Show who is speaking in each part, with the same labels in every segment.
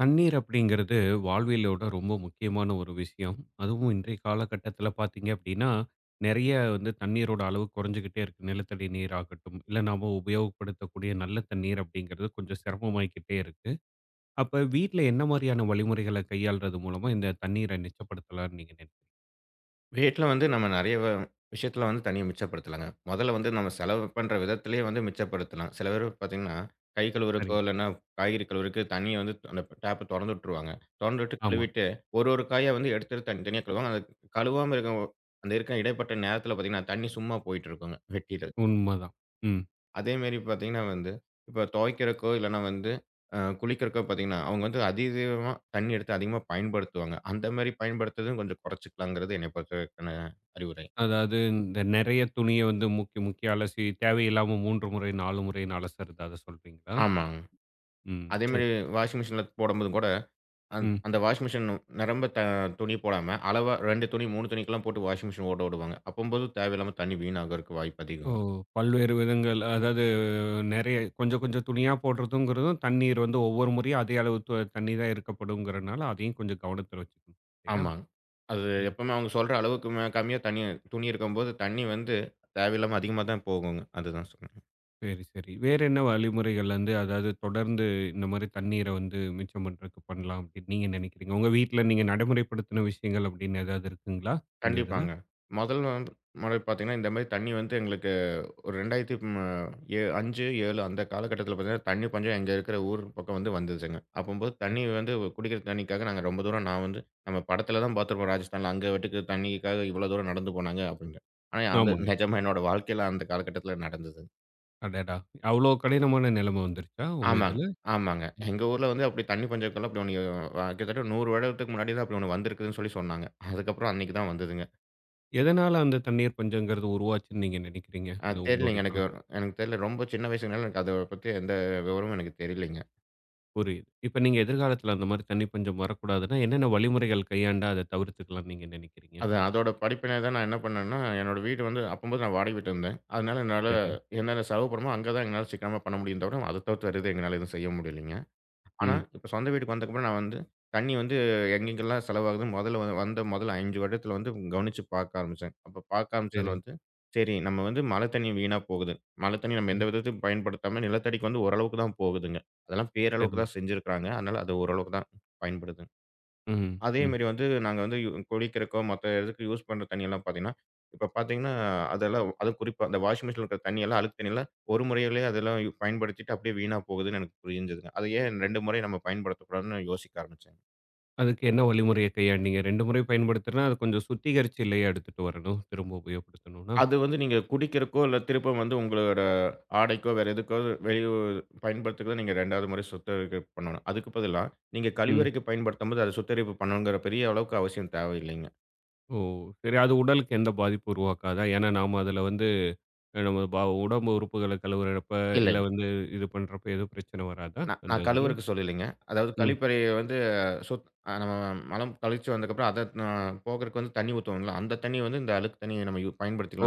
Speaker 1: தண்ணீர் அப்படிங்கிறது வாழ்வியலோட ரொம்ப முக்கியமான ஒரு விஷயம். அதுவும் இன்றைய காலகட்டத்தில பார்த்தீங்க அப்படின்னா, நெறைய வந்து தண்ணீரோட அளவு குறைஞ்சுகிட்டே இருக்கு. நிலத்தடி நீர் ஆகட்டும், இல்ல நாம உபயோகப்படுத்தக்கூடிய நல்ல தண்ணீர் அப்படிங்கிறது கொஞ்சம் சிரமமாயிக்கிட்டே இருக்கு. அப்ப வீட்ல என்ன மாரியான வழிமுறைகள கையாள்றது மூலமா இந்த தண்ணீர மிச்சப்படுத்தலாம்னு நீங்க நினைக்கிறீங்க?
Speaker 2: வீட்ல வந்து நம்ம நெறைய விஷயத்துல வந்து தண்ணிய மிச்சப்படுத்தலாங்க. முதல்ல வந்து நம்ம செலவு பண்ற விதத்திலேயே வந்து மிச்சப்படுத்தலாம். சில பேர் பார்த்தீங்கன்னா, கை கழுவுறக்கோ
Speaker 1: சரிங்க.
Speaker 2: இல்லன்னா காய்கறி கழுவுறக்கு தண்ணிய வந்து அந்த டேப்ப தொறந்து விட்டுருவாங்க. தொறந்து விட்டு
Speaker 1: ஆமா,
Speaker 2: கழுவிட்டு ஒரு ஒரு காயா வந்து எடுத்து எடுத்து தனி தனியா கழுவுவாங்க. அது கழுவாம இருக்க அந்த இருக்க இடைப்பட்ட நேரத்துல பார்த்தீங்கன்னா, தண்ணி சும்மா போயிட்டு இருக்குங்க வெட்டில.
Speaker 1: உண்மதான். ம்.
Speaker 2: அதேமாரி பார்த்தீங்கன்னா வந்து, இப்ப துவைக்கிறக்கோ இல்லன்னா வந்து குளிக்கிறக்கோ பார்த்தீங்கன்னா, அவங்க வந்து அதிதீவிரமா தண்ணி எடுத்து அதிகமா பயன்படுத்துவாங்க. அந்த மாரி பயன்படுத்துறதும் கொஞ்சம் குறைச்சுக்கலாங்கிறது என்னை பொறுத்த வரைக்கான அறிவுரை.
Speaker 1: அதாவது இந்த நெறைய துணிய வந்து முக்கி முக்கி அலசி தேவையில்லாம 3 முறை, 4 முறைன்னு அலசுறது அத சொல்றீங்களா?
Speaker 2: ஆமாங்க.
Speaker 1: ம். சரி.
Speaker 2: அதேமாரி வாஷிங் மிஷின்ல போடும்போதும் கூட, அந்
Speaker 1: ம்.
Speaker 2: அந்த வாஷிங் மிஷின் நிரம்ப துணி போடாம, அளவா 2 துணி, 3 துணிக்கெல்லாம் போட்டு வாஷிங் மிஷின் ஓட விடுவாங்க. அப்பம்போது தேவையில்லாம தண்ணி வீணாகறக்கு வாய்ப்பு
Speaker 1: ஓ!
Speaker 2: அதிகம்.
Speaker 1: பல்வேறு விதங்கள். அதாவது நெறைய கொஞ்சம் கொஞ்சம் துணியா போடுறதுங்கிறதும், தண்ணீர் வந்து ஒவ்வொரு முறையும் அதே அளவு தண்ணி தான் இருக்கப்படுங்கிறனால, அதையும் கொஞ்சம் கவனத்துல வச்சுக்கணும். இல்லையா?
Speaker 2: ஆமாங்க. அது
Speaker 1: ம்.
Speaker 2: எப்பவுமே அவங்க சொல்ற அளவுக்கு கம்மியா தண்ணி துணி இருக்கும்போது, தண்ணி வந்து தேவையில்லாம அதிகமா தான் போகுங்க. அதுதான் சொன்னேன்.
Speaker 1: சரி, சரி. வேற என்ன வழிமுறைகள் வந்து அதாவது தொடர்ந்து இந்த மாரி தண்ணீர வந்து மிச்சம் பண்றதுக்கு பண்ணலாம் அப்படின்னு நீங்க நினைக்கிறீங்க? உங்க வீட்ல நீங்க நடைமுறைப்படுத்தின விஷயங்கள் அப்படின்னு ஏதாவது இருக்குங்களா? இந்த இதுல?
Speaker 2: கண்டிப்பாங்க. முதல் வந்து முறை பார்த்தீங்கன்னா, இந்த மாரி தண்ணி வந்து எங்களுக்கு ஒரு 2000 ம் ஏ 5, 7 அந்த காலகட்டத்தில பார்த்தீங்கன்னா, தண்ணி பஞ்சம் எங்க இருக்கிற ஊர் பக்கம் வந்து வந்துச்சுங்க. அப்பம்போது தண்ணி வந்து குடிக்கிற தண்ணிக்காக நாங்க ரொம்ப தூரம் நான் வந்து நம்ம படத்தில தான் பார்த்துருப்போம் ராஜஸ்தான்ல. அங்க வாட்டுக்கு தண்ணிக்காக இவ்வளோ தூரம் நடந்து போனாங்க அப்படின்னு. ஆனா, அது
Speaker 1: ஆமாங்க.
Speaker 2: நிஜமா என்னோட வாழ்க்கையில அந்த காலகட்டத்தில நடந்தது.
Speaker 1: அடடா! அவ்ளோ கடினமான நிலைமை வந்துருச்சா உங்க
Speaker 2: ஆமாங்க,
Speaker 1: இதுல?
Speaker 2: ஆமாங்க.
Speaker 1: ம்.
Speaker 2: எங்க ஊர்ல வந்து அப்படி தண்ணி பஞ்சத்துக்கெல்லாம் அப்படி ஒண்ணு கிட்டத்தட்ட 100 வருடத்துக்கு முன்னாடி தான் அப்படி ஒண்ணு வந்திருக்குதுன்னு சொல்லி சொன்னாங்க. அதுக்கப்புறம் அன்னைக்கு தான் வந்ததுங்க.
Speaker 1: எதனால அந்த தண்ணீர் பஞ்சம்ங்கிறது உருவாச்சுன்னு நீங்க நினைக்கிறீங்க? அது
Speaker 2: தெரியலைங்க
Speaker 1: உங்களுடைய
Speaker 2: எனக்கு. எனக்கு தெரியல. ரொம்ப சின்ன வயசுனால எனக்கு அத பத்தி எந்த விவரமும் எனக்கு தெரியலைங்க.
Speaker 1: புரியுது. இப்ப நீங்க எதிர்காலத்துல அந்த மாரி தண்ணி பஞ்சம் வரக்கூடாதுன்னா, என்னென்ன வழிமுறைகள் கையாண்டா அத தவிர்த்துக்கலாம்ன்னு நீங்க நெனைக்கிறீங்க?
Speaker 2: அதான். அதோட படிப்பினை தான் நான் என்ன பண்ணேன்னா, என்னோட வீடு வந்து அப்பம்போது நான் வாடகை வீட்ல இருந்தேன். அதனால என்னால
Speaker 1: சரி.
Speaker 2: என்னென்ன செலவு பண்ணணுமோ, அங்க தான் எங்கனால சிக்கனமா பண்ண முடியும் தவிர, அத தவிர்த்து வேற எதுவும் எங்கனால எதுவும் செய்ய முடியலைங்க. ஆனா,
Speaker 1: ம்.
Speaker 2: இப்ப சொந்த வீட்டுக்கு வந்ததுக்கப்புறம் நான் வந்து தண்ணி வந்து எங்கெங்கெல்லாம் செலவாகுது, முதல்ல வந்த முதல் 5 வருடத்துல வந்து கவனிச்சு பார்க்க ஆரம்பிச்சேன். அப்ப பார்க்க ஆரம்பிச்சதுல
Speaker 1: சரி.
Speaker 2: வந்து, சரி நம்ம வந்து மழை தண்ணி வீணா போகுது. மழை தண்ணி நம்ம
Speaker 1: ம்.
Speaker 2: எந்த விதத்தையும் பயன்படுத்தாம நிலத்தடிக்கு வந்து ஓரளவுக்கு தான் போகுதுங்க. அதெல்லாம் பேரளவுக்கு
Speaker 1: சரி.
Speaker 2: தான் செஞ்சிருக்காங்க. அதனால அது ஓரளவுக்கு தான் பயன்படுது.
Speaker 1: ம்.
Speaker 2: அதே
Speaker 1: ம்.
Speaker 2: மாரி வந்து நாங்க வந்து குளிக்கிறக்கோ, மத்த இதுக்கு யூஸ் பண்ற தண்ணியெல்லாம் பார்த்தீங்கன்னா, இப்ப பார்த்தீங்கன்னா, அதெல்லாம் அதுவும் குறிப்பா அந்த வாஷிங் மிஷின்ல இருக்கிற தண்ணியெல்லாம், அழுக்கு தண்ணியெல்லாம் ஒரு முறையிலேயே அதெல்லாம் பயன்படுத்திட்டு அப்படியே வீணா போகுதுன்னு எனக்கு புரிஞ்சதுங்க. அதை ஏன் 2 முறை நம்ம பயன்படுத்தக்கூடாதுன்னு யோசிக்க ஆரம்பிச்சேங்க.
Speaker 1: அதுக்கு என்ன வழிமுறைய கையாண்டீங்க? 2 முறை பயன்படுத்துனா, அது கொஞ்சம் சுத்திகரிச்சு இல்லையா எடுத்துட்டு வரணும், திரும்ப உபயோகப்படுத்தணும்னா?
Speaker 2: அது வந்து நீங்க குடிக்கிறக்கோ, இல்ல திரும்ப வந்து உங்களோட ஆடைக்கோ, வேற எதுக்கோ வெளிய பயன்படுத்துறதுக்கு நீங்க 2வது முறை சுத்திகரிப்பு பண்ணணும். அதுக்கு பதிலா நீங்க
Speaker 1: ம்.
Speaker 2: கழிவறைக்கு பயன்படுத்தும்போது, அத சுத்திகரிப்பு பண்ணணுங்கிற பெரிய அளவுக்கு அவசியம் தேவையில்லைங்க.
Speaker 1: ஓ! சரி. அது உடலுக்கு எந்த பாதிப்பும் உருவாக்காதா? ஏன்னா, நாம அதுல வந்து நம்ம உடம்பு உறுப்புகள கழுவுறப்ப,
Speaker 2: இல்ல.
Speaker 1: இல்ல வந்து இது பண்றப்ப எதுவும் பிரச்சனை வராதா?
Speaker 2: நான்
Speaker 1: அந்த
Speaker 2: நான்
Speaker 1: இதுல?
Speaker 2: கழுவுறக்கு சொல்லலைங்க. அதாவது
Speaker 1: ம்.
Speaker 2: கழிப்பறைய வந்து சுத் அ நம்ம மலம் கழிச்சு வந்ததுக்கப்புறம் அத போக்குறக்கு வந்து தண்ணி ஊத்துவோம்ல, அந்த தண்ணிய வந்து இந்த அழுக்கு தண்ணிய நம்ம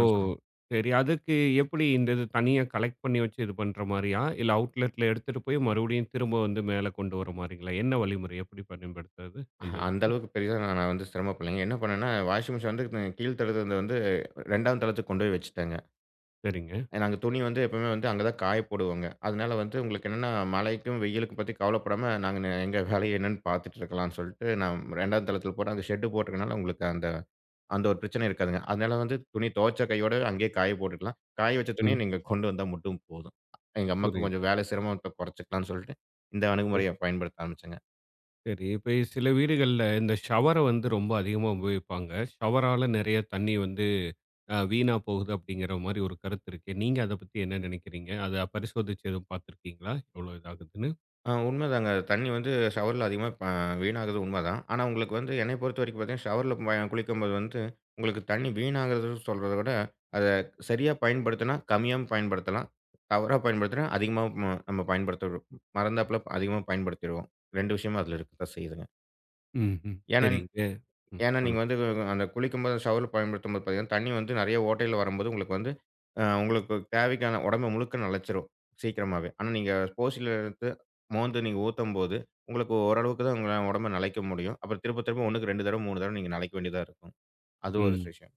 Speaker 1: ஓ!
Speaker 2: சொல்றோம்.
Speaker 1: சரி. அதுக்கு எப்படி இந்த இது தனியா கலெக்ட் பண்ணி வச்சு இது பண்ற மாரியா? இல்ல அவுட்லெட்ல எடுத்துட்டு போய் மறுபடியும் திரும்ப வந்து மேல கொண்டு வர மாரிங்களா? என்ன வழிமுறை? எப்படி பயன்படுத்துறது? அந்த
Speaker 2: அந்த
Speaker 1: இது.
Speaker 2: அளவுக்கு பெரிதா நான் வந்து சிரமப்படலைங்க. என்ன பண்ணேன்னா, வாஷிங் மிஷின் வந்து கீழ் தளத்தில வந்து 2வது தளத்துக்கு கொண்டு போய் வச்சுட்டேங்க.
Speaker 1: சரிங்க.
Speaker 2: நாங்க துணி வந்து எப்பவுமே வந்து அங்க தான் காய போடுவோங்க. அதனால வந்து உங்களுக்கு என்னன்னா, மழைக்கும், வெயிலுக்கும் பத்தி கவலைப்படாம நாங்க எங்க வேலைய என்னன்னு பார்த்துட்டு இருக்கலாம்ன்னு சொல்லிட்டு, நான் 2ஆம் தளத்துல போட்டு அங்க ஷெட் போட்டுருக்கனால உங்களுக்கு அந்த அந்த ஒரு பிரச்சனை இருக்காதுங்க. அதனால வந்து துணி துவைச்ச கையோட அங்கேயே காய போட்டுக்கலாம். காய வச்ச துணிய
Speaker 1: ம்.
Speaker 2: நீங்க கொண்டு வந்தா மட்டும் போதும். எங்க அம்மாக்கு கொஞ்சம்
Speaker 1: புரியுது.
Speaker 2: வேலை சிரமத்த குறைச்சுக்கலாம்ன்னு சொல்லிட்டு, இந்த
Speaker 1: சரி,
Speaker 2: அணுகுமுறைய பயன்படுத்த ஆரம்பிச்சேங்க.
Speaker 1: சரி. இப்ப சில வீடுகள்ல இந்த ஷவர வந்து ரொம்ப அதிகமா உபயோகிப்பாங்க. ஷவரால நெறைய தண்ணி வந்து வீணா போகுது அப்படிங்கிற மாரி ஒரு கருத்து இருக்கு. நீங்க அத பத்தி என்ன நெனைக்கிறீங்க? அத பரிசோதிச்சு எதுவும் பார்த்துருக்கீங்களா? எவ்வளோ இதாகுதுன்னு?
Speaker 2: ஆ உண்மைதாங்க. தண்ணீ வந்து ஷவர்ல அதிகமா வீணாகுறது உண்மதான். ஆனா, உங்களுக்கு வந்து என்னைய பொறுத்த வரைக்கும் பார்த்தீங்கன்னா, ஷவர்ல குளிக்கும்போது வந்து உங்களுக்கு தண்ணீ வீணாகுறதுன்னு சொல்றத விட, அத சரியா பயன்படுத்தினா கம்மியாவும் பயன்படுத்தலாம். தவறா பயன்படுத்தினா அதிகமாவும் நம்ம பயன்படுத்த மறந்தாப்புல அதிகமா பயன்படுத்திருவோம். 2 விஷயமும் அதில இருக்கத்தான் செய்யுதுங்க.
Speaker 1: ம்ஹ்ம்.
Speaker 2: ஏன்னா
Speaker 1: சரிங்க. ம்.
Speaker 2: ஏன்னா, நீங்க
Speaker 1: சொல்லுங்க.
Speaker 2: வந்து அந்த குளிக்கும்போது ஷவர்ல பயன்படுத்தும்போது பார்த்தீங்கன்னா, தண்ணி வந்து நெறைய ஓட்டையில வரும்போது உங்களுக்கு வந்து உங்களுக்கு தேவைக்கான உடம்பு முழுக்க நெலச்சிரும் சீக்கிரமாவே. ஆனா, நீங்க ஸ்போர்ட்ஸில எடுத்து மோந்து நீங்க ஊத்தும்போது, உங்களுக்கு ஓரளவுக்கு தான் உங்க உடம்ப நனைக்க முடியும். அப்புறம் திரும்ப திரும்ப 1க்கு 2 தடவ, 3 தடவ நீங்க நனைக்க வேண்டியதா இருக்கும். அது ஒரு
Speaker 1: ம்.
Speaker 2: விஷயம்.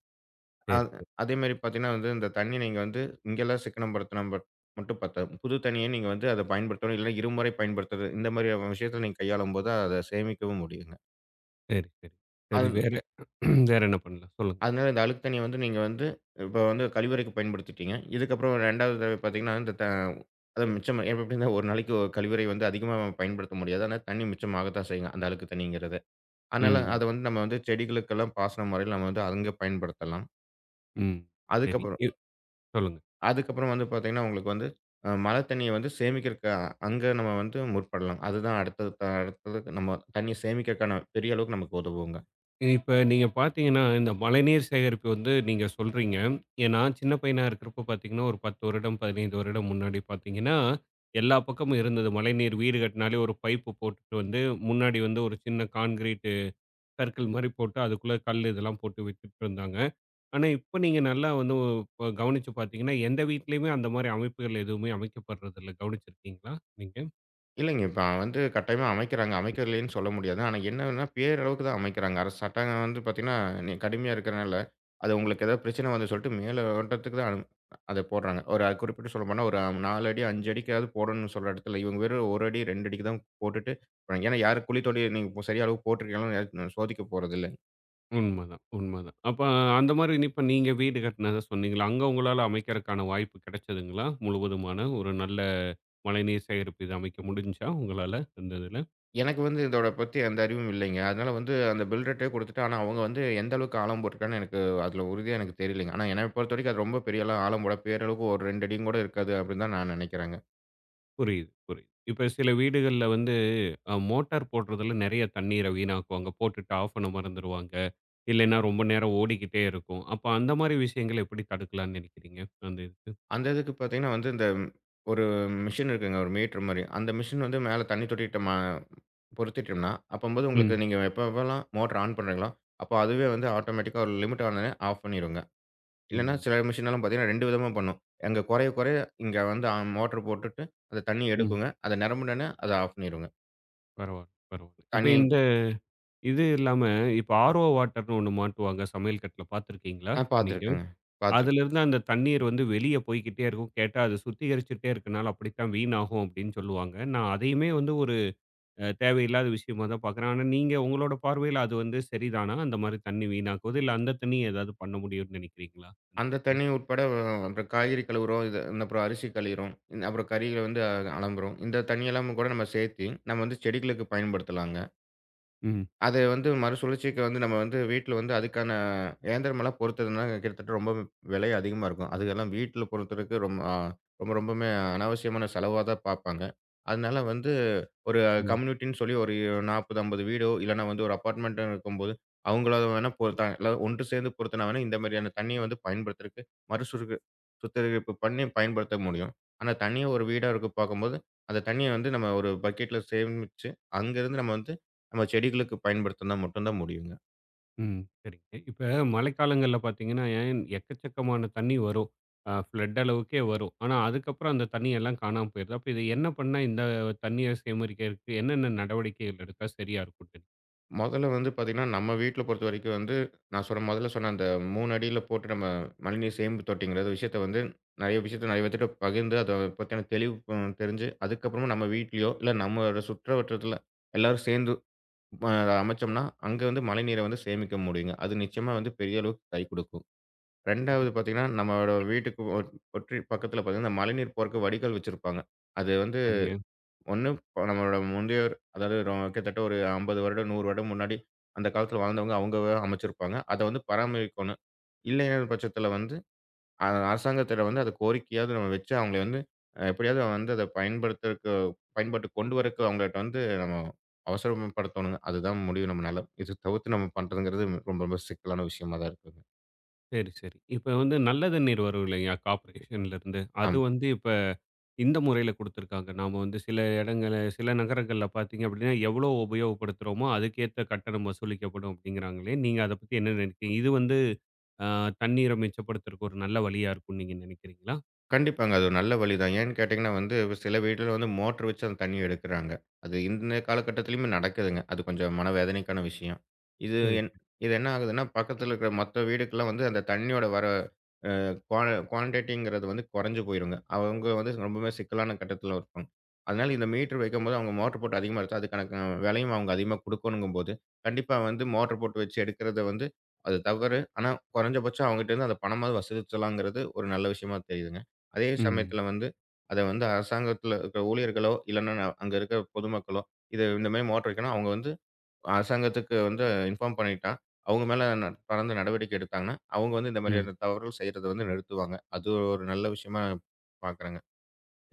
Speaker 1: சரி,
Speaker 2: அது
Speaker 1: சரி.
Speaker 2: அதேமாரி பார்த்தீங்கன்னா வந்து, இந்த தண்ணி நீங்க வந்து இங்கெல்லாம் சிக்கனம் படுத்தினா மட்டும் பத்தாது. புது தண்ணிய நீங்க வந்து அத பயன்படுத்தணும். இல்ல, இருமுறை பயன்படுத்துறது. இந்த மாரியான விஷயத்த நீங்க கையாளும்போது, அத சேமிக்கவும் முடியுங்க.
Speaker 1: சரி, சரி. சரி
Speaker 2: அது
Speaker 1: வேற வேற என்ன பண்ணலாம்? சொல்லுங்க.
Speaker 2: அதனால இந்த அழுக்கு தண்ணீய வந்து நீங்க வந்து இப்ப வந்து கழிவறைக்கு பயன்படுத்திட்டீங்க. இதுக்கப்புறம் 2வது பார்த்தீங்கன்னா, இந்த அது மிச்சம் இப்ப எப்படின்னா ஒரு நாளைக்கு ஒரு கழிவறை வந்து அதிகமா பயன்படுத்த முடியாது. ஆனா தண்ணீ மிச்சமாகத்தான் செய்யுங்க. அந்த அழுக்கு தண்ணீங்கிறது. அதனால
Speaker 1: ம்,
Speaker 2: அத வந்து நம்ம வந்து செடிகளுக்கெல்லாம் பாசன முறையில நம்ம வந்து அங்க பயன்படுத்தலாம்.
Speaker 1: ம். சரி.
Speaker 2: அதுக்கப்புறம்
Speaker 1: சொல்லுங்க.
Speaker 2: அதுக்கப்புறம் வந்து பார்த்தீங்கன்னா, உங்களுக்கு வந்து மழை தண்ணீய வந்து சேமிக்கிறக்கு அங்க நம்ம வந்து முற்படலாம். அதுதான் அடுத்தது அடுத்தது நம்ம தண்ணீய சேமிக்கிறக்கான பெரிய அளவுக்கு நமக்கு உதவுங்க.
Speaker 1: இப்ப நீங்க பார்த்தீங்கன்னா, இந்த மழைநீர் சேகரிப்பு வந்து நீங்க சொல்றீங்க. ஏன்னா, சின்ன பையனா இருக்கிறப்ப பார்த்தீங்கன்னா, ஒரு 10 வருடம், 15 வருடம் முன்னாடி பார்த்தீங்கன்னா, எல்லா பக்கமும் இருந்தது. மழைநீர் வீடு கட்டினாலே ஒரு பைப்பு போட்டுட்டு வந்து, முன்னாடி வந்து ஒரு சின்ன கான்கிரீட்டு சர்க்கிள் மாரி போட்டு, அதுக்குள்ள கல் இதெல்லாம் போட்டு வித்துட்டு இருந்தாங்க. ஆனா, இப்ப நீங்க நல்லா வந்து இப்ப கவனிச்சு பார்த்தீங்கன்னா, எந்த வீட்லயுமே அந்த மாரி அமைப்புகள் எதுவுமே அமைக்கப்படுறதில்ல. கவனிச்சிருக்கீங்களா நீங்க?
Speaker 2: இல்லைங்க. இப்ப வந்து கட்டாயமா அமைக்கிறாங்க. அமைக்கலேன்னு சொல்ல முடியாது. ஆனா என்னன்னா, பேரளவுக்கு தான் அமைக்கிறாங்க. அரசு சட்டம் வந்து பார்த்தீங்கன்னா, கடுமையா இருக்கிறனால, அது உங்களுக்கு ஏதாவது பிரச்சனை வருதுன்னு சொல்லிட்டு மேலோட்டத்துக்கு தான் அத போடுறாங்க. ஒரு அது குறிப்பிட்டு சொல்லப்போனா, ஒரு 4 அடி, 5 அடிக்காவது போடணும்னு சொல்ற இடத்துல, இவங்க வெறும் 1 அடி, 2 அடிக்கு தான் போட்டுட்டு போறாங்க. ஏன்னா யாரும் குழி தோண்டி நீங்க சரியா அளவு போட்டுருக்கீங்களான்னு யாரும் சோதிக்க போறதில்ல.
Speaker 1: உண்மதான், உண்மதான். அப்ப அந்த மாரி இப்ப நீங்க வீடு கட்டுனத சொன்னீங்கல்ல, அங்க உங்களால அமைக்கிறக்கான வாய்ப்பு கிடைச்சதுங்களா? முழுவதுமான ஒரு நல்ல மழைநீர் சேகரிப்பு இது அமைக்க முடிஞ்சுச்சா உங்களால அந்த இதுல?
Speaker 2: எனக்கு வந்து இதோட பத்தி எந்த அறிவும் இல்லைங்க. அதனால வந்து அந்த பில் ரேட்டே குடுத்துட்டு, ஆனா அவங்க வந்து எந்த அளவுக்கு ஆழம் போட்டுருக்காங்கன்னு எனக்கு அதுல உறுதியா எனக்கு தெரியலைங்க. ஆனா என்ன பொறுத்தவரைக்கும் அது ரொம்ப பெரியலாம் ஆழம் போட பேரளவுக்கு ஒரு 2 அடியும் கூட இருக்காது அப்படின்னு தான் நான் நினைக்கிறேங்க.
Speaker 1: புரியுது, புரியுது. இப்ப சில வீடுகள்ல வந்து மோட்டார் போடுறதுல நெறைய தண்ணீர வீணாக்குவாங்க. போட்டுட்டு ஆஃப் பண்ண மறந்துருவாங்க. இல்லைன்னா ரொம்ப நேரம் ஓடிக்கிட்டே இருக்கும். அப்ப அந்த மாரி விஷயங்கள எப்படி தடுக்கலாம்னு நினைக்கிறீங்க? அந்த இதுக்கு.
Speaker 2: அந்த இதுக்கு பார்த்தீங்கன்னா வந்து இந்த ஒரு மிஷின் இருக்குங்க. ஒரு மீட்டர் மாரி. அந்த மிஷின் வந்து மேல தண்ணி தொட்டிட்ட பொருத்திட்டோம்னா, அப்பம்போது உங்களுக்கு
Speaker 1: ம்,
Speaker 2: நீங்க எப்ப எப்பலாம் மோட்டர் ஆன் பண்றீங்களோ, அப்போ அதுவே வந்து ஆட்டோமேட்டிக்கா ஒரு லிமிட் ஆனோனே ஆஃப் பண்ணிருங்க. இல்லன்னா,
Speaker 1: ம்.
Speaker 2: சில மிஷின்லாம் பார்த்தீங்கன்னா 2 விதமா பண்ணும். அங்க குறைய குறைய இங்க வந்து மோட்டர் போட்டுட்டு, அந்த தண்ணி
Speaker 1: ம்.
Speaker 2: எடுக்குங்க. அது நிரம்புனோனே அத ஆஃப் பண்ணிருங்க.
Speaker 1: பரவால்ல, பரவால்ல. இப்ப
Speaker 2: தண்ணி
Speaker 1: இந்த இது இல்லாம, இப்ப ஆர்ஓ வாட்டர்ன்னு ஒண்ணு மாட்டுவாங்க சமையல் கட்டுல பாத்துருக்கீங்களா
Speaker 2: ஆ
Speaker 1: நீங்க?
Speaker 2: பார்த்துருக்கேங்க. பார்த்துருக்கேன்.
Speaker 1: அதிலிருந்து அந்த தண்ணீர் வந்து வெளிய போய்க்கிட்டே இருக்கும். கேட்டா அது சுத்திகரிச்சுட்டே இருக்கனால அப்படித்தான் வீணாகும் அப்படின்னு சொல்லுவாங்க. நான் அதையுமே வந்து ஒரு தேவையில்லாத விஷயமா தான் பாக்குறேன். ஆனா நீங்க உங்களோட பார்வையில அது வந்து சரிதானா? அந்த மாரி தண்ணி வீணாக்குவது, இல்ல அந்த தண்ணிய ஏதாவது பண்ண முடியும்னு நினைக்கிறீங்களா?
Speaker 2: அந்த தண்ணி உட்பட அப்புறம் காய்கறி கழுவுறோம். இந்த அப்புறம் அரிசி கழிவுறோம். அப்புறம் கறிகள வந்து அலம்புறோம். இந்த தண்ணி எல்லாமும் கூட நம்ம சேர்த்து, நம்ம வந்து செடிகளுக்கு பயன்படுத்தலாங்க. அது வந்து மறுசுழற்சிக்கு வந்து நம்ம வந்து வீட்ல வந்து அதுக்கான இயந்திரமெல்லாம் பொருத்துறதுன்னா கிட்டத்தட்ட ரொம்ப விலை அதிகமா இருக்கும். அதுக்கெல்லாம் வீட்ல பொறுத்தருக்கு ரொம்ப ரொம்ப ரொம்பவுமே அனாவசியமான செலவா தான் பார்ப்பாங்க. அதனால வந்து ஒரு
Speaker 1: ம்.
Speaker 2: கம்யூனிட்டின்னு சொல்லி ஒரு 40, 50 வீடோ இல்லன்னா வந்து ஒரு அபார்ட்மெண்ட்டோ இருக்கும்போது, அவங்கள வேணா பொறுத்தாங்க. எல்லாரும் ஒன்று சேர்ந்து பொறுத்துனா வேணா இந்த மாதிரியான தண்ணீய வந்து பயன்படுத்துறக்கு மறுசுருக்கு சுத்திகரிப்பு பண்ணி பயன்படுத்த முடியும். ஆனா தனியா ஒரு வீடா இருக்க பார்க்கும்போது, அந்த தண்ணீய வந்து நம்ம ஒரு பக்கெட்ல சேமிச்சு, அங்கருந்து நம்ம வந்து நம்ம செடிகளுக்கு பயன்படுத்தினா மட்டும் தான் முடியுங்க.
Speaker 1: ம். சரிங்க. இப்ப மழைக்காலங்கள்ல பார்த்தீங்கன்னா, ஏன் எக்கச்சக்கமான தண்ணி வரும். ஃப்ளட் அளவுக்கே வரும். ஆனா, அதுக்கப்புறம் அந்த தண்ணி எல்லாம் காணாம போயிருது. அப்ப இது என்ன பண்ணா இந்த தண்ணீய சேகரிக்கிறதுக்கு என்னென்ன நடவடிக்கைகள் எடுத்தா சரியா இருக்கும்ன்னு
Speaker 2: மொதல்ல வந்து பார்த்தீங்கன்னா, நம்ம வீட்ல பொறுத்தவரைக்கும் வந்து நான் சொன்ன மொதல்ல சொன்ன அந்த 3 அடியில போட்டு நம்ம மழைநீர் சேமிப்பு தொட்டிங்கிற விஷயத்த வந்து நெறைய விஷயத்த நெறைய பேத்துட்ட பகிர்ந்து அத பத்தின தெளிவு தெரிஞ்சு, அதுக்கப்புறமா நம்ம வீட்லயோ, இல்ல நம்மளோட சுற்றுவட்டத்தில எல்லாரும் சேர்ந்து அ அமைச்சோம்னா, அங்க வந்து மழைநீரை வந்து சேமிக்க முடியுங்க. அது நிச்சயமா வந்து பெரிய அளவுக்கு கை குடுக்கும்.
Speaker 1: நினைக்கிறீங்க?
Speaker 2: 2வது பார்த்தீங்கன்னா, நம்மளோட வீட்டுக்கு ஒற்றி பக்கத்தில பார்த்தீங்கன்னா, இந்த மழைநீர் போறக்கு வடிகால் வச்சிருப்பாங்க. அது வந்து
Speaker 1: சரிங்க.
Speaker 2: ஒண்ணு இப்ப நம்மளோட முந்தையோர், அதாவது கிட்டத்தட்ட ஒரு 50 வருடம், 100 வருடம் முன்னாடி அந்த காலத்துல வாழ்ந்தவங்க அவங்கவே அமைச்சிருப்பாங்க. அத வந்து பராமரிக்கணும். இல்லைங்கிற பட்சத்துல வந்து அரசாங்கத்திடம் வந்து அத கோரிக்கையாவது நம்ம வச்சு அவங்கள வந்து எப்படியாவது வந்து அத பயன்படுத்துறக்கு பயன்பாட்டுக்கு கொண்டு வரக்கு அவங்கள்ட்ட வந்து நம்ம அவசரப்படுத்தணுங்க. அதுதான் முடியும் நம்மனால. இது தவிர்த்து நம்ம பண்றதுங்கிறது ரொம்ப ரொம்ப சிக்கலான விஷயமா தான் இருக்குங்க.
Speaker 1: சரி, சரி. இப்ப வந்து நல்ல தண்ணீர் வரும் இல்லையா? கார்ப்பரேஷன்ல இருந்து. அது
Speaker 2: ஆமா.
Speaker 1: வந்து இப்ப இந்த முறையில குடுத்துருக்காங்க. நாம வந்து சில இடங்கள்ல சில நகரங்கள்ல பார்த்தீங்க அப்படின்னா, எவ்வளோ உபயோகப்படுத்துறோமோ அதுக்கேத்த கட்டணம் வசூலிக்கப்படும் அப்படிங்கிறாங்களே. நீங்க அத பத்தி என்ன நினைக்கிறீங்க? இது வந்து அ தண்ணீர மிச்சப்படுத்துறக்கு ஒரு நல்ல வழியா இருக்கும்னு நீங்க நினைக்கிறீங்களா?
Speaker 2: கண்டிப்பாங்க. அது ஒரு நல்ல வழி தான். ஏன்னு கேட்டீங்கன்னா வந்து, சில வீட்ல வந்து மோட்டர் வச்சு அந்த தண்ணி எடுக்குறாங்க. அது இந்த காலகட்டத்திலயுமே நடக்குதுங்க. அது கொஞ்சம் மனவேதனைக்கான விஷயம். இது
Speaker 1: சரி,
Speaker 2: என்
Speaker 1: சரி.
Speaker 2: இது என்ன ஆகுதுன்னா, பக்கத்துல இருக்கிற மத்த வீடுக்கெல்லாம் வந்து அந்த தண்ணியோட வர அ குவா குவான்டிட்டிங்கிறது வந்து குறைஞ்சு போயிருங்க. அவங்க வந்து ரொம்பவுமே சிக்கலான கட்டத்துல இருப்பாங்க. அதனால இந்த மீட்டர் வைக்கும்போது அவங்க மோட்டர் போட்டு அதிகமா எடுத்தா, அதுக்கான விலையும் அவங்க அதிகமா குடுக்கணுங்கும்போது, கண்டிப்பா வந்து மோட்டர் போட்டு வச்சு எடுக்கிறத வந்து அது தவறு. ஆனா, குறைஞ்சபட்சம் அவங்ககிட்டருந்து அந்த பணமாவது வசூலிச்சலாங்கிறது ஒரு நல்ல விஷயமா தெரியுதுங்க. அதே
Speaker 1: ம்,
Speaker 2: சமயத்துல வந்து, அத வந்து அரசாங்கத்துல இருக்கிற ஊழியர்களோ, இல்லன்னா அங்க இருக்கிற பொதுமக்களோ, இது இந்த மாரி மோட்டார் வைக்கணும். அவங்க வந்து அரசாங்கத்துக்கு வந்து இன்ஃபார்ம் பண்ணிட்டா, அவங்க மேல தொடர்ந்து நடவடிக்கை எடுத்தாங்கன்னா, அவங்க வந்து இந்த
Speaker 1: ம்.
Speaker 2: மாதிரியான தவறுகள் செய்றத வந்து நிறுத்துவாங்க. அது ஒரு நல்ல விஷயமா பார்க்குறேங்க.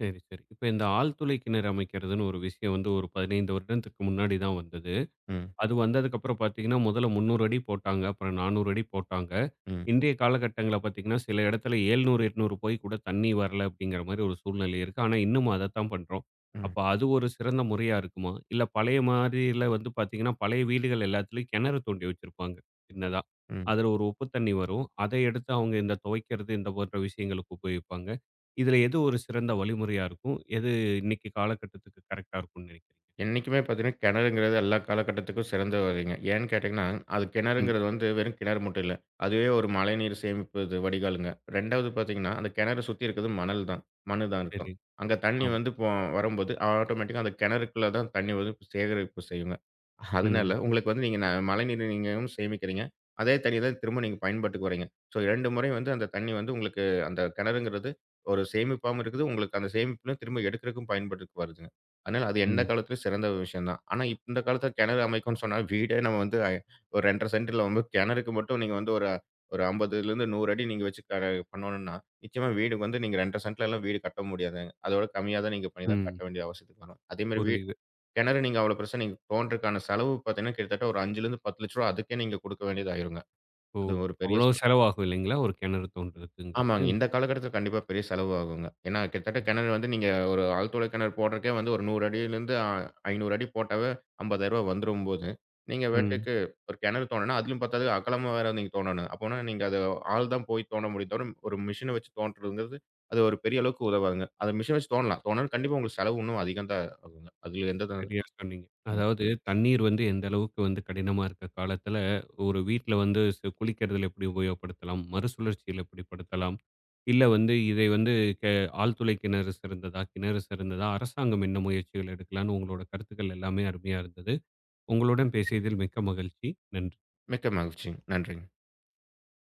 Speaker 1: சரி, சரி. இப்ப இந்த ஆழ்துளை கிணறு அமைக்கிறதுன்னு ஒரு விஷயம் வந்து ஒரு 15 வருடத்துக்கு முன்னாடி தான் வந்தது.
Speaker 2: ம்,
Speaker 1: அது வந்ததுக்கப்புறம் பார்த்தீங்கன்னா, முதல்ல 300 அடி போட்டாங்க. அப்புறம் 400 அடி போட்டாங்க.
Speaker 2: ம்,
Speaker 1: இன்றைய காலகட்டங்கள்ல பார்த்தீங்கன்னா, சில இடத்துல 700, 800 போய் கூட தண்ணி வரல அப்படிங்கிற மாரி ஒரு சூழ்நிலை இருக்கு. ஆனா, இன்னமும் அதத்தான் பண்றோம்.
Speaker 2: ம்,
Speaker 1: அப்ப அது ஒரு சிறந்த முறையா இருக்குமா? இல்ல பழைய மாதிரில வந்து பார்த்தீங்கன்னா, பழைய வீடுகள் எல்லாத்துலயும் கிணறு தோண்டி வச்சிருப்பாங்க, சின்னதா.
Speaker 2: ம்.
Speaker 1: அதுல ஒரு உப்பு தண்ணி வரும். அத எடுத்து அவங்க இந்த துவைக்கிறது, இந்த போன்ற விஷயங்களுக்கு உபயோகிப்பாங்க. இதுல எது ஒரு சிறந்த வழிமுறையா இருக்கும்? எது இன்னைக்கு காலகட்டத்துக்கு கரெக்ட்டா இருக்கும்னு நினைக்கிறீங்க?
Speaker 2: என்னைக்குமே பார்த்தீங்கன்னா, கிணறுங்கிறது எல்லா காலகட்டத்துக்கும் சிறந்த வழிங்க. ஏன்னு கேட்டீங்கன்னா, அது
Speaker 1: ம்.
Speaker 2: கிணறுங்கிறது வந்து வெறும் கிணறு மட்டும் இல்ல. அதுவே ஒரு மழைநீர் சேமிப்பு இது வடிகாலுங்க. 2வது பார்த்தீங்கன்னா, அந்த கிணற சுத்தி இருக்கிறது மணல் தான். மண்ணு தான்
Speaker 1: சரி.
Speaker 2: இருக்கும். அங்க தண்ணி
Speaker 1: ஆமா.
Speaker 2: வந்து வரும்போது ஆட்டோமேட்டிக்கா அந்த கிணறுக்குள்ள தான் தண்ணி வந்து சேகரிப்பு செய்யுங்க.
Speaker 1: ம்.
Speaker 2: அதனால உங்களுக்கு வந்து நீங்க மழைநீர் நீங்களும் சேமிக்கிறீங்க. அதே தண்ணீய தான் திரும்ப நீங்க பயன்பாட்டுக்கு வர்றீங்க. ஸோ 2 முறை வந்து அந்த தண்ணி வந்து உங்களுக்கு அந்த கிணறுங்கிறது ஒரு சேமிப்பாவும் இருக்குது. உங்களுக்கு அந்த சேமிப்புல திரும்ப எடுக்கிறதுக்கும் பயன்பாட்டுக்கு வருதுங்க. அதனால அது எந்த
Speaker 1: ம்.
Speaker 2: காலத்திலும் சிறந்த ஒரு விஷயம் தான். ஆனா இப்ப இந்த காலத்தில கிணறு அமைக்கணும்னு சொன்னா, வீடே நம்ம வந்து ஒரு 2 1/2 சென்டில வந்து கிணறுக்கு மட்டும் நீங்க வந்து ஒரு ஒரு 50லேருந்து 100 அடி நீங்க வச்சு பண்ணணும்னா, நிச்சயமா வீடு வந்து நீங்க 2 1/2 சென்ட்லலாம் வீடு கட்ட முடியாதுங்க. அதோட கம்மியா தான் நீங்க பண்ணி தான்
Speaker 1: ம்.
Speaker 2: கட்ட வேண்டிய அவசியத்துக்கு வரும். அதேமாரி
Speaker 1: புரியுது.
Speaker 2: கிணறு நீங்க அவ்வளோ பெருசா நீங்க தோண்டுறதுக்கான செலவு பார்த்தீங்கன்னா, கிட்டத்தட்ட ஒரு 5லேருந்து ரூ. 10,00,000 அதுக்கே நீங்க குடுக்க வேண்டியது ஆயிருங்க.
Speaker 1: ஓ!
Speaker 2: அது ஒரு பெரிய
Speaker 1: அவ்ளோ
Speaker 2: செலவு.
Speaker 1: செலவாகும் இல்லைங்களா? ஒரு கிணறு
Speaker 2: ஆமாங்க.
Speaker 1: தோண்டுறதுங்கிறது.
Speaker 2: இந்த காலகட்டத்தில கண்டிப்பா பெரிய செலவு ஆகுங்க. ஏன்னா கிட்டத்தட்ட கிணறு வந்து நீங்க ஒரு ஆழ்துளை கிணறு போடுறதுக்கே வந்து ஒரு 100 அடியிலேருந்து 500 அடி போட்டாவே ரூ. 50,000 வந்துரும்போது, நீங்க
Speaker 1: ம்.
Speaker 2: பாட்டுக்கு ஒரு கிணறு தோண்டுனா, அதிலும் பத்தாது அகலமா வேற நீங்க தோண்டணும். அப்போனா நீங்க அது ஆள் தான் போய் தோண்ட முடியும் தவிர, ஒரு மிஷின வச்சு தோண்டுறதுங்கிறது, அது ஒரு பெரிய அளவுக்கு உதவாதுங்க. அத மிஷின் வச்சு தோண்டலாம். தோண்டுனா கண்டிப்பா உங்களுக்கு செலவு இன்னும் அதிகம் தான் ஆகுங்க. அதில எந்த த
Speaker 1: சரியா சொன்னீங்க.
Speaker 2: ம்.
Speaker 1: அதாவது தண்ணீர் வந்து எந்த அளவுக்கு வந்து கடினமா இருக்க காலத்துல, ஒரு வீட்ல வந்து குளிக்கிறதுல எப்படி உபயோகப்படுத்தலாம்? மறுசுழற்சியில எப்படி படுத்தலாம்? இல்ல வந்து இதை வந்து கெ ஆழ்துளை கிணறு சிறந்ததா? கிணறு சிறந்ததா? அரசாங்கம் என்ன முயற்சிகள் எடுக்கலாம்ன்னு உங்களோட கருத்துக்கள் எல்லாமே அருமையா இருந்தது. உங்களுடன் பேசியதில் மிக்க மகிழ்ச்சி. நன்றி.
Speaker 2: மிக்க மகிழ்ச்சிங்க. நன்றிங்க.